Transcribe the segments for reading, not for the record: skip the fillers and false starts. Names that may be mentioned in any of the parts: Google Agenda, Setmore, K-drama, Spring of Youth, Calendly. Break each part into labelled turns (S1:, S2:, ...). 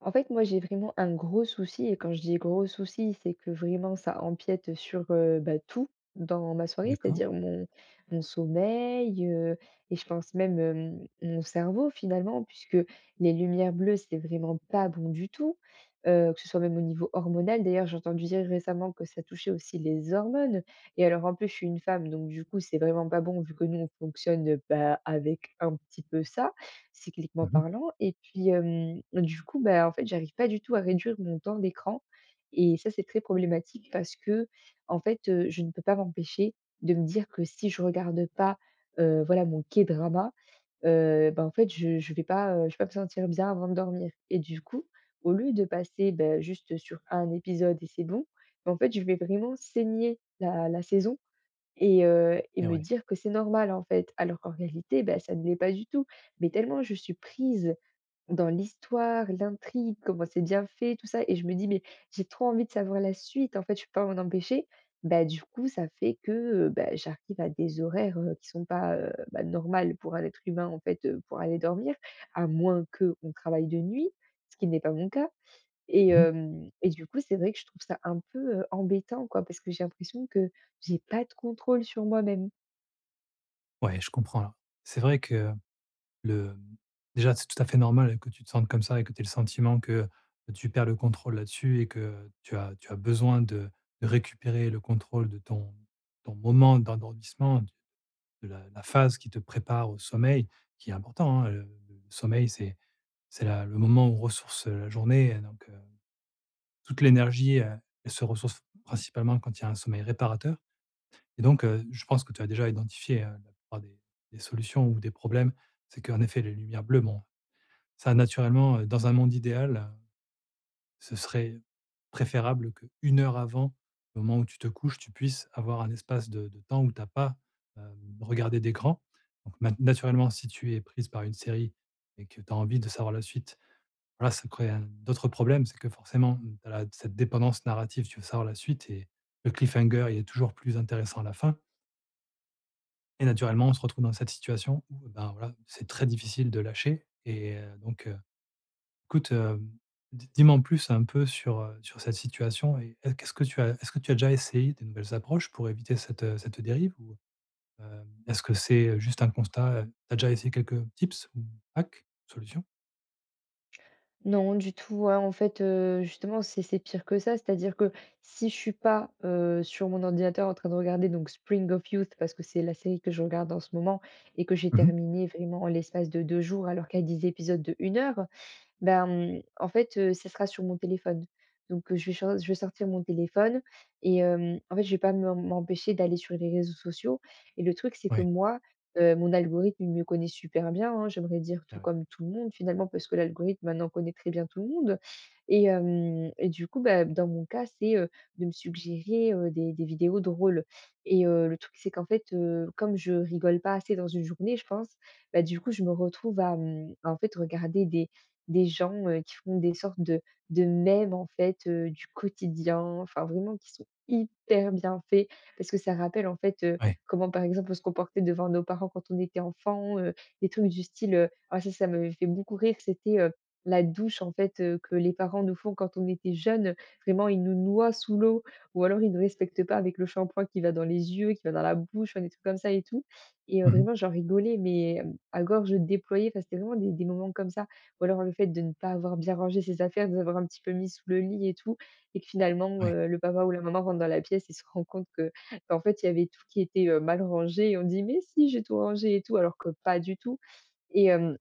S1: En fait, moi, j'ai vraiment un gros souci et quand je dis gros souci, c'est que vraiment ça empiète sur, bah, tout dans ma soirée,
S2: D'accord.
S1: c'est-à-dire mon sommeil, et je pense même, mon cerveau finalement puisque les lumières bleues, c'est vraiment pas bon du tout, que ce soit même au niveau hormonal. D'ailleurs, j'ai entendu dire récemment que ça touchait aussi les hormones et alors, en plus, je suis une femme donc du coup, c'est vraiment pas bon vu que nous, on fonctionne, bah, avec un petit peu ça cycliquement
S2: Mmh
S1: parlant et puis, du coup, bah, en fait, j'arrive pas du tout à réduire mon temps d'écran et ça, c'est très problématique parce que en fait, je ne peux pas m'empêcher de me dire que si je regarde pas, voilà, mon K-drama, bah, en fait, je vais pas me sentir bien avant de dormir et du coup, au lieu de passer, bah, juste sur un épisode et c'est bon, bah, en fait, je vais vraiment saigner la saison et
S2: et
S1: me
S2: ouais.
S1: dire que c'est normal, en fait. Alors qu'en réalité, bah, ça ne l'est pas du tout. Mais tellement je suis prise dans l'histoire, l'intrigue, comment c'est bien fait, tout ça et je me dis: «Mais j'ai trop envie de savoir la suite, en fait, je peux pas m'en empêcher». Bah, du coup, ça fait que, bah, j'arrive à des horaires, qui sont pas, bah, normales pour un être humain, en fait, pour aller dormir. À moins qu'on travaille de nuit, ce qui n'est pas mon cas. Et
S2: Mmh
S1: hem et du coup, c'est vrai que je trouve ça un peu, embêtant, quoi, parce que j'ai l'impression que j'ai pas de contrôle sur moi-même.
S2: ouais, je comprends alors. C'est vrai que le déjà, c'est tout à fait normal que tu te sentes comme ça et que tu aies le sentiment que tu perds le contrôle là-dessus et que tu as besoin de récupérer le contrôle de ton moment d'endormissement, de la phase qui te prépare au sommeil, qui est important, hein. Le sommeil, c'est la le moment où on ressource, la journée, donc toute l'énergie, elle se ressource principalement quand il y a un sommeil réparateur. Et donc, je pense que tu as déjà identifié, la plupart des solutions ou des problèmes. C'est qu'en effet, les lumières bleues, bon, ça naturellement, dans un monde idéal, ce serait préférable qu'1 heure avant le moment où tu te couches, tu puisses avoir un espace de temps où tu as pas, heu, regardé d'écran. Donc mat naturellement, si tu es prise par une série et que tu as envie de savoir la suite, voilà, ça crée un d'autres problèmes. C'est que forcément, tu as cette dépendance narrative, tu veux savoir la suite et le cliffhanger, il est toujours plus intéressant à la fin. Et naturellement, on se retrouve dans cette situation où, ben, voilà, c'est très difficile de lâcher et donc écoute, di dis-moi en plus un peu sur, sur cette situation et est qu'est-ce que tu as est-ce que tu as déjà essayé des nouvelles approches pour éviter cette, cette dérive ou, est-ce que c'est, juste un constat, tu as déjà essayé quelques tips ou hacks, solutions?
S1: Non, du tout, hein, en fait, justement, c'est pire que ça. C'est-à-dire que si je suis pas, sur mon ordinateur en train de regarder donc Spring of Youth parce que c'est la série que je regarde en ce moment et que j'ai
S2: Mmh
S1: terminée vraiment en l'espace de 2 jours alors qu'il y a 10 épisodes de 1 heure. Ben, en fait, ça sera sur mon téléphone. Donc, je vais sortir mon téléphone et en fait, je vais pas me m'empêcher d'aller sur les réseaux sociaux et le truc, c'est que
S2: oui,
S1: moi, mon algorithme, il me connaît super bien, hein, j'aimerais dire
S2: et
S1: tout
S2: ouais,
S1: comme tout le monde finalement parce que l'algorithme maintenant connaît très bien tout le monde et du coup, bah, dans mon cas, c'est, de me suggérer, des vidéos drôles et le truc, c'est qu'en fait, comme je rigole pas assez dans une journée, je pense, bah, du coup, je me retrouve à en fait regarder des gens, qui font des sortes de mèmes en fait, du quotidien, enfin vraiment qui sont hyper bien faits. Parce que ça rappelle en fait,
S2: ouais.
S1: comment par exemple on se comportait devant nos parents quand on était enfant, des trucs du style, ah ça, ça me fait beaucoup rire, c'était, la douche en fait, que les parents nous font quand on était jeunes. Vraiment ils nous noient sous l'eau ou alors ils ne respectent pas avec le shampoing qui va dans les yeux, qui va dans la bouche, enfin des trucs comme ça et tout.
S2: Mmh mh.
S1: Vraiment j'en rigolais mais, à gorge déployée, enfin c'était vraiment des moments comme ça ou alors le fait de ne pas avoir bien rangé ses affaires, de les avoir un petit peu mis sous le lit et tout et que finalement,
S2: Oui,
S1: le papa ou la maman rentre dans la pièce et se rend compte que, bah, en fait, il y avait tout qui était, mal rangé et on dit: «Mais si, j'ai tout rangé et tout», alors que pas du tout. Et hem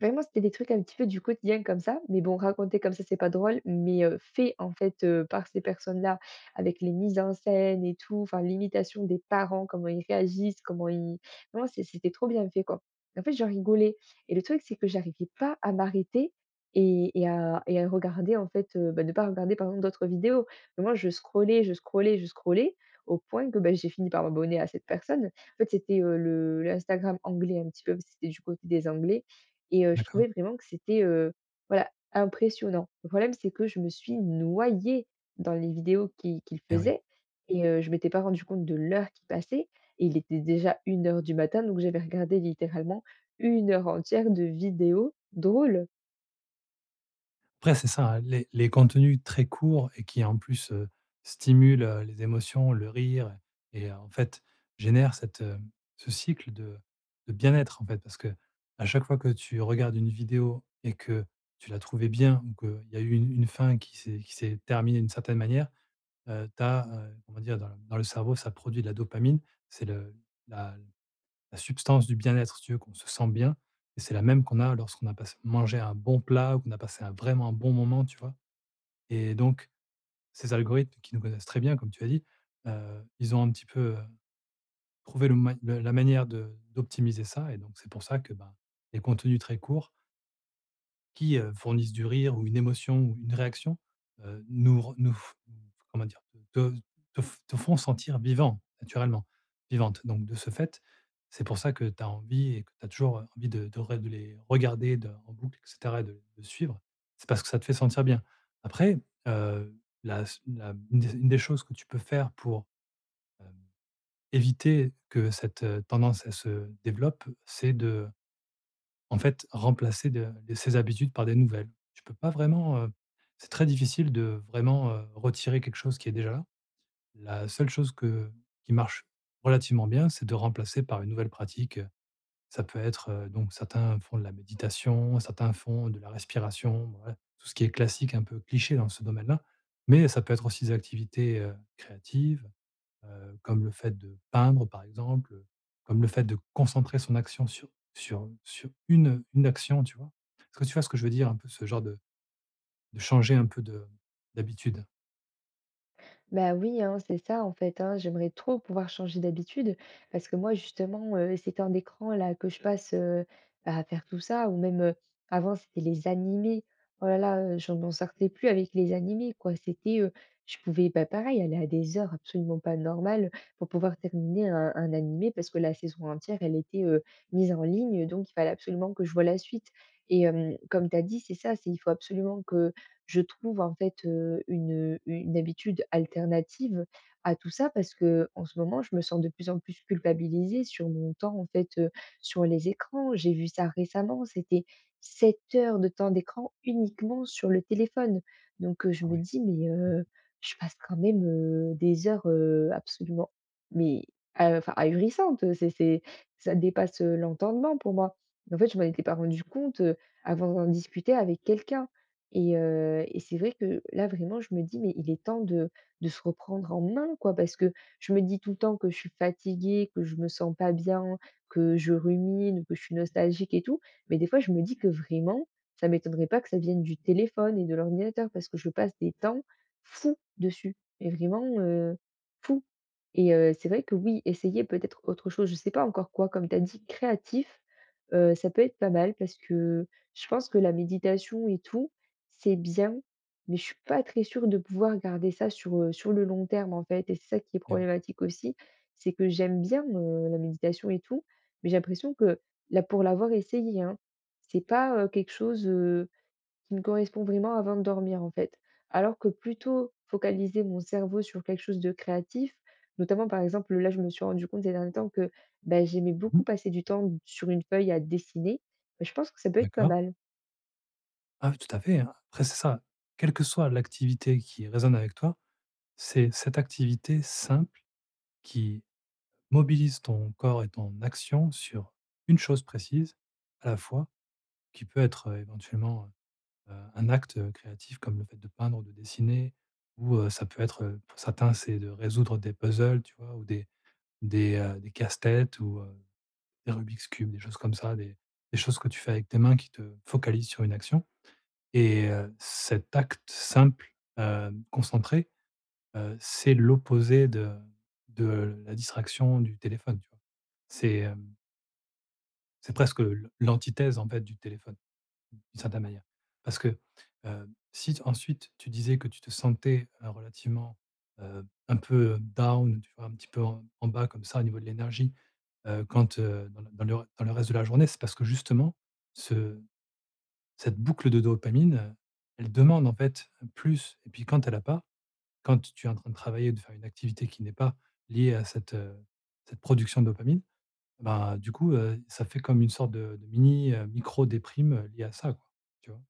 S1: Vraiment, c'était des trucs un petit peu du quotidien comme ça, mais bon, raconter comme ça, c'est pas drôle, mais fait en fait, par ces personnes-là, avec les mises en scène et tout, enfin l'imitation des parents, comment ils réagissent, comment ils vraiment c'était trop bien fait, quoi. En fait, j'en rigolais et le truc, c'est que j'arrivais pas à m'arrêter et à regarder en fait, bah, de pas regarder par exemple d'autres vidéos. Mais moi, je scrollais, je scrollais, je scrollais au point que, bah, j'ai fini par m'abonner à cette personne. En fait, c'était, le l'Instagram anglais un petit peu, parce que c'était du côté des Anglais et je
S2: d'accord
S1: trouvais vraiment que c'était, voilà, impressionnant. Le problème, c'est que je me suis noyée dans les vidéos qu'il
S2: et oui.
S1: faisait et je m'étais pas rendu compte de l'heure qui passait et il était déjà 1 heure du matin, donc j'avais regardé littéralement 1 heure entière de vidéos drôles.
S2: Après, c'est ça, hein, les contenus très courts et qui, en plus, stimulent, les émotions, le rire et en fait, génèrent cette, ce cycle de bien-être, en fait. Parce que à chaque fois que tu regardes une vidéo et que tu l'as trouvée bien ou qu'il y a eu une fin qui s'est terminée d'une certaine manière, tu as, comment dire? Dans le cerveau, ça produit de la dopamine. C'est le la la substance du bien-être, si tu veux, qu'on se sent bien et c'est la même qu'on a lorsqu'on a passé mangé un bon plat ou qu'on a passé un vraiment un bon moment, tu vois? Et donc ces algorithmes qui nous connaissent très bien, comme tu as dit, ils ont un petit peu, trouvé le la manière de d'optimiser ça et donc c'est pour ça que, ben, les contenus très courts qui, fournissent du rire ou une émotion ou une réaction, nous re nous f comment dire? Te te font sentir vivant, naturellement, vivante. Donc de ce fait, c'est pour ça que tu as envie et que tu as toujours, envie de re de les regarder de en boucle et cetera, et de suivre. C'est parce que ça te fait sentir bien. Après, heu, la la une des choses que tu peux faire pour, hem, éviter que cette, tendance, elle se développe, c'est de en fait, remplacer de ses habitudes par des nouvelles. Tu peux pas vraiment, c'est très difficile de vraiment, retirer quelque chose qui est déjà là. La seule chose que qui marche relativement bien, c'est de remplacer par une nouvelle pratique, ça peut être, donc certains font de la méditation, certains font de la respiration, voilà, tout ce qui est classique, un peu cliché dans ce domaine-là, mais ça peut être aussi des activités, créatives comme le fait de peindre par exemple, comme le fait de concentrer son action sur sur une action, tu vois? Est-ce que tu vois ce que je veux dire un peu ce genre de changer un peu de d'habitude?
S1: Bah oui, hein, c'est ça en fait, hein. J'aimerais trop pouvoir changer d'habitude parce que moi justement, ces temps d'écran là que je passe, bah, à faire tout ça ou même, avant c'était les animés. Oh là là, je m'en sortais plus avec les animés quoi. C'était, je pouvais, bah, pareil aller à des heures absolument pas normales pour pouvoir terminer un animé parce que la saison entière elle était, mise en ligne, donc il fallait absolument que je voie la suite et comme tu as dit, c'est ça, c'est il faut absolument que je trouve en fait, une habitude alternative à tout ça parce que en ce moment, je me sens de plus en plus culpabilisée sur mon temps en fait, sur les écrans. J'ai vu ça récemment, c'était 7 heures de temps d'écran uniquement sur le téléphone. Donc, je
S2: Ah
S1: me
S2: ouais,
S1: dis: «Mais, je passe quand même, des heures, absolument mais a enfin ahurissantes, c'est ça dépasse, l'entendement pour moi». En fait, je m'en étais pas rendu compte, avant d'en discuter avec quelqu'un. Et c'est vrai que là, vraiment, je me dis: «Mais il est temps de se reprendre en main, quoi». Parce que je me dis tout le temps que je suis fatiguée, que je me sens pas bien, que je rumine, que je suis nostalgique et tout. Mais des fois, je me dis que vraiment, ça m'étonnerait pas que ça vienne du téléphone et de l'ordinateur parce que je passe des temps fous dessus, mais vraiment, fous et c'est vrai que oui, essayer peut-être autre chose, je sais pas encore quoi, comme tu as dit, créatif. Ça peut être pas mal parce que je pense que la méditation et tout, c'est bien, mais je suis pas très sûre de pouvoir garder ça sur, sur le long terme, en fait et c'est ça qui est
S2: eh oui.
S1: problématique aussi. C'est que j'aime bien, la méditation et tout, mais j'ai l'impression que là, pour l'avoir essayé, hein, c'est pas, quelque chose, qui me correspond vraiment avant de dormir en fait. Alors que plutôt focaliser mon cerveau sur quelque chose de créatif, notamment par exemple, là je me suis rendu compte ces derniers temps que bah, j'aimais beaucoup
S2: Mmh
S1: passer du temps sur une feuille à dessiner, bah, je pense que ça peut être pas
S2: d'accord.
S1: mal.
S2: Ah oui, tout à fait, hein. Après c'est ça, quelle que soit l'activité qui résonne avec toi, c'est cette activité simple qui mobilise ton corps et ton action sur une chose précise à la fois qui peut être, éventuellement, un acte, créatif comme le fait de peindre ou de dessiner ou, ça peut être, pour certains, c'est de résoudre des puzzles, tu vois? Ou des casse-têtes ou, des Rubik's cubes, des choses comme ça, des choses que tu fais avec tes mains qui te focalisent sur une action et cet acte simple, concentré, c'est l'opposé de la distraction du téléphone, tu vois? C'est, c'est presque l'antithèse, en fait, du téléphone. D'une certaine manière. Parce que, si t ensuite tu disais que tu te sentais, relativement, un peu, down, tu vois? Un petit peu en bas comme ça au niveau de l'énergie, quand, dans le dans le reste de la journée, c'est parce que justement ce cette boucle de dopamine, elle demande en fait plus et puis quand elle a pas, quand tu es en train de travailler ou de faire une activité qui n'est pas liée à cette, cette production de dopamine, ben du coup, ça fait comme une sorte de mini, micro déprime, liée à ça quoi, tu vois?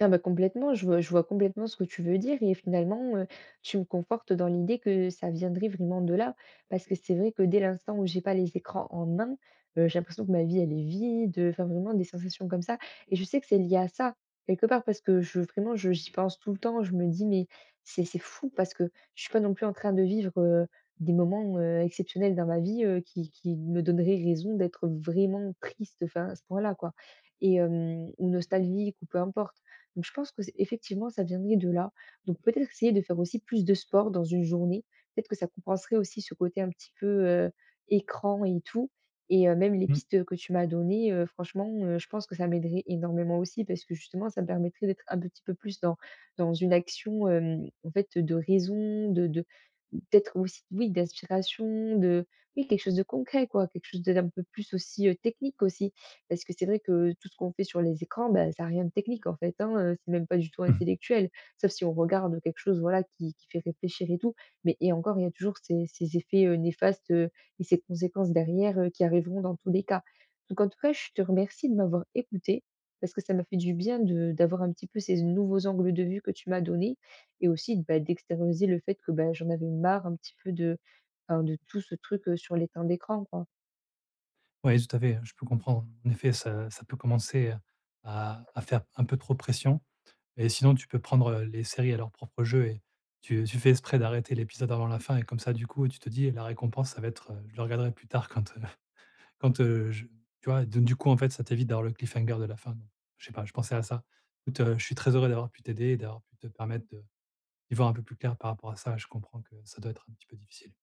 S1: Ah bah complètement, je vois complètement ce que tu veux dire et finalement, tu me confortes dans l'idée que ça viendrait vraiment de là. Parce que c'est vrai que dès l'instant où j'ai pas les écrans en main, j'ai l'impression que ma vie elle est vide, enfin vraiment des sensations comme ça et je sais que c'est lié à ça, quelque part parce que je vraiment je j'y pense tout le temps, je me dis: «Mais c'est fou» parce que je suis pas non plus en train de vivre, des moments, exceptionnels dans ma vie, qui me donneraient raison d'être vraiment triste, enfin à ce point-là quoi ou nostalgique ou peu importe. Donc je pense que c'est effectivement, ça viendrait de là. Donc peut-être essayer de faire aussi plus de sport dans une journée. Peut-être que ça compenserait aussi ce côté un petit peu, écran et tout et même les pistes, que tu m'as données, franchement, je pense que ça m'aiderait énormément aussi parce que justement, ça me permettrait d'être un petit peu plus dans une action, en fait, de raison, de peut-être aussi, oui, d'inspiration, de oui, quelque chose de concret quoi, quelque chose d'un peu plus aussi, technique aussi. Parce que c'est vrai que tout ce qu'on fait sur les écrans, bah, ça a rien de technique en fait, hein, c'est même pas du tout
S2: Mmh.
S1: intellectuel. Sauf si on regarde quelque chose, voilà, qui fait réfléchir et tout. Mais et encore, il y a toujours ces effets, néfastes, et ces conséquences derrière, qui arriveront dans tous les cas. Donc en tout cas, je te remercie de m'avoir écoutée, parce que ça m'a fait du bien de d'avoir un petit peu ces nouveaux angles de vue que tu m'as donnés et aussi, bah, d'extérioriser le fait que, bah, j'en avais marre un petit peu de, enfin, de tout ce truc, sur les temps d'écran, quoi.
S2: Oui, tout à fait, je peux comprendre. En effet, ça ça peut commencer, à faire un peu trop pression et sinon tu peux prendre, les séries à leur propre jeu et tu fais exprès d'arrêter l'épisode avant la fin et comme ça, du coup, tu te dis: «La récompense, ça va être, je le regarderai plus tard quand, quand, je» tu vois? Donc du coup, en fait, ça t'évite d'avoir le cliffhanger de la fin, donc je sais pas, je pensais à ça. Écoute, je suis très heureux d'avoir pu t'aider et d'avoir pu te permettre de d'y voir un peu plus clair par rapport à ça. Je comprends que ça doit être un petit peu difficile.